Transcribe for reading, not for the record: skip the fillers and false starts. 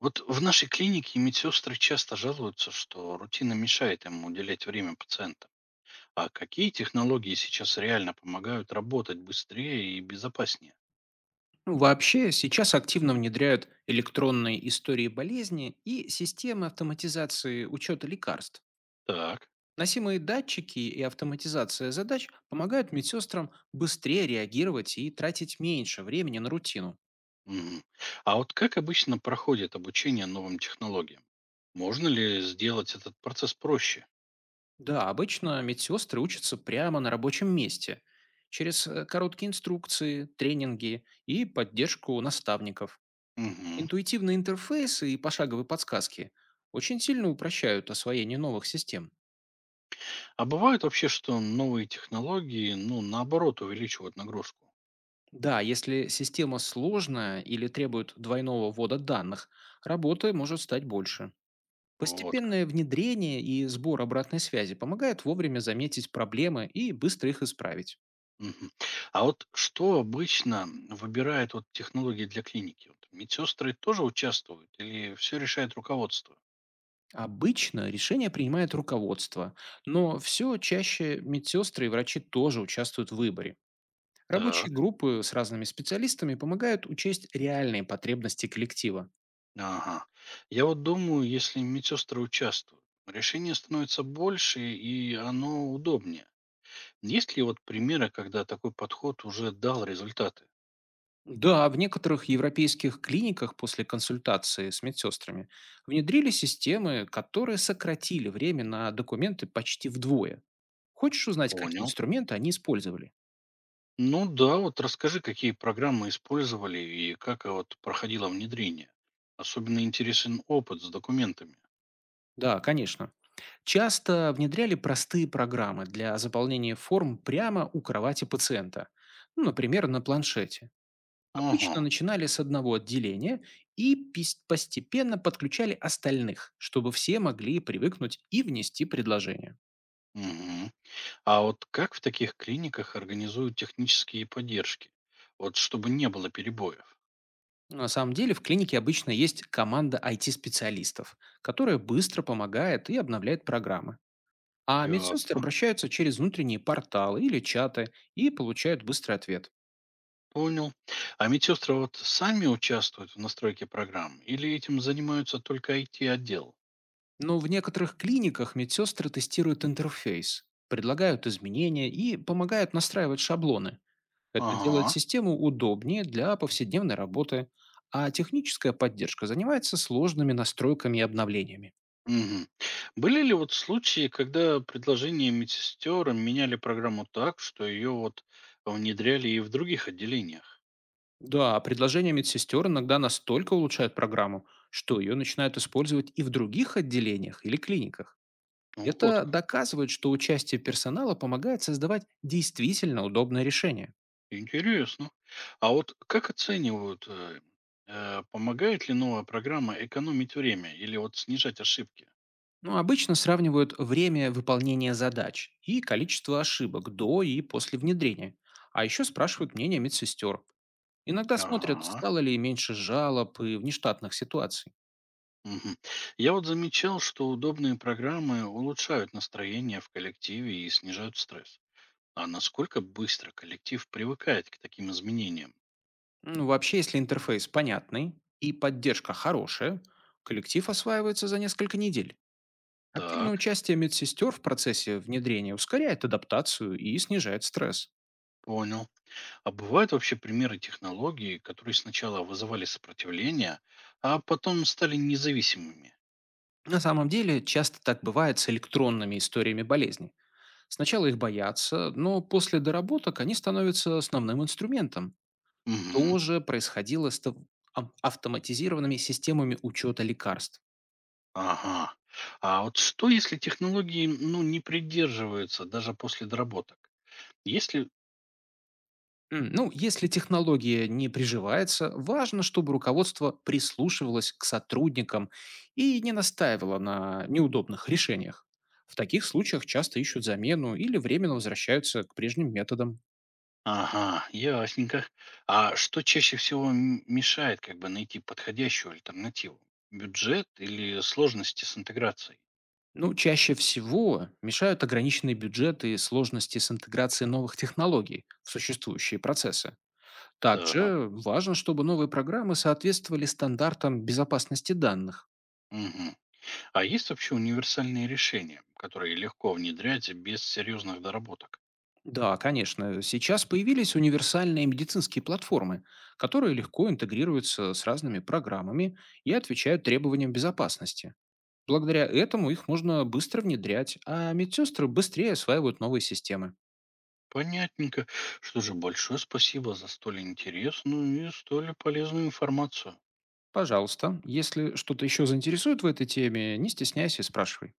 Вот в нашей клинике медсестры часто жалуются, что рутина мешает им уделять время пациентам. А какие технологии сейчас реально помогают работать быстрее и безопаснее? Ну, Вообще сейчас активно внедряют электронные истории болезни и системы автоматизации учета лекарств. Так. Носимые датчики и автоматизация задач помогают медсестрам быстрее реагировать и тратить меньше времени на рутину. Мгм. А вот как обычно проходит обучение новым технологиям? Можно ли сделать этот процесс проще? Да, обычно медсестры учатся прямо на рабочем месте, через короткие инструкции, тренинги и поддержку наставников. Мгм. Интуитивные интерфейсы и пошаговые подсказки очень сильно упрощают освоение новых систем. А бывает вообще, что новые технологии, ну, наоборот, увеличивают нагрузку? Да, если система сложная или требует двойного ввода данных, работы может стать больше. Вот как. Постепенное внедрение и сбор обратной связи помогает вовремя заметить проблемы и быстро их исправить. Мгм. А вот что обычно выбирает вот технологии для клиники? Вот медсестры тоже участвуют или все решает руководство? Обычно решение принимает руководство, но все чаще медсестры и врачи тоже участвуют в выборе. Рабочие Так. группы с разными специалистами помогают учесть реальные потребности коллектива. Ага. Я вот думаю, если медсестры участвуют, решение становится больше и оно удобнее. Есть ли вот примеры, когда такой подход уже дал результаты? Да, в некоторых европейских клиниках после консультации с медсестрами внедрили системы, которые сократили время на документы почти вдвое. Хочешь узнать, какие Понял. инструменты они использовали? Ну да, вот расскажи, какие программы использовали и как вот проходило внедрение. Особенно интересен опыт с документами. Да, конечно. Часто внедряли простые программы для заполнения форм прямо у кровати пациента, ну, например, на планшете. Ага. Обычно начинали с одного отделения и постепенно подключали остальных, чтобы все могли привыкнуть и внести предложение. Мгм. А вот как в таких клиниках организуют технические поддержки? Вот чтобы не было перебоев. На самом деле в клинике обычно есть команда IT-специалистов, которая быстро помогает и обновляет программы. А медсестры Ясно. обращаются через внутренние порталы или чаты и получают быстрый ответ. Понял. А медсестры вот сами участвуют в настройке программ или этим занимаются только IT-отдел? Но в некоторых клиниках медсестры тестируют интерфейс, предлагают изменения и помогают настраивать шаблоны. Это делает Ага. систему удобнее для повседневной работы, а техническая поддержка занимается сложными настройками и обновлениями. Мгм. Были ли вот случаи, когда предложения медсестер меняли программу так, что ее вот внедряли и в других отделениях? Да, а предложения медсестер иногда настолько улучшают программу, что ее начинают использовать и в других отделениях или клиниках. Ну вот Это как. доказывает, что участие персонала помогает создавать действительно удобное решение. Интересно. А вот как оценивают, помогает ли новая программа экономить время или вот снижать ошибки? Но обычно сравнивают время выполнения задач и количество ошибок до и после внедрения. А еще спрашивают мнение медсестер. Иногда смотрят, Ага. стало ли меньше жалоб и внештатных ситуаций. Мгм. Я вот замечал, что удобные программы улучшают настроение в коллективе и снижают стресс. А насколько быстро коллектив привыкает к таким изменениям? Ну, вообще, если интерфейс понятный и поддержка хорошая, коллектив осваивается за несколько недель. Активное Так, участие медсестер в процессе внедрения ускоряет адаптацию и снижает стресс. понял. А бывают вообще примеры технологий, которые сначала вызывали сопротивление, а потом стали независимыми? На самом деле, часто так бывает с электронными историями болезни. Сначала их боятся, но после доработок они становятся основным инструментом. То Угу. же происходило с автоматизированными системами учета лекарств. Ага. А вот что, если технологии, ну, не придерживаются даже после доработок? Если... Ну, если технология не приживается, важно, чтобы руководство прислушивалось к сотрудникам и не настаивало на неудобных решениях. В таких случаях часто ищут замену или временно возвращаются к прежним методам. Ага, ясненько. А что чаще всего мешает как бы найти подходящую альтернативу? Бюджет или сложности с интеграцией? Ну, чаще всего мешают ограниченные бюджеты и сложности с интеграцией новых технологий в существующие процессы. Так. Также важно, чтобы новые программы соответствовали стандартам безопасности данных. Мгм. А есть вообще универсальные решения, которые легко внедрять без серьезных доработок? Да, конечно. Сейчас появились универсальные медицинские платформы, которые легко интегрируются с разными программами и отвечают требованиям безопасности. Благодаря этому их можно быстро внедрять, а медсестры быстрее осваивают новые системы. Понятненько. Что же, большое спасибо за столь интересную и столь полезную информацию. Пожалуйста, если что-то еще заинтересует в этой теме, не стесняйся и спрашивай.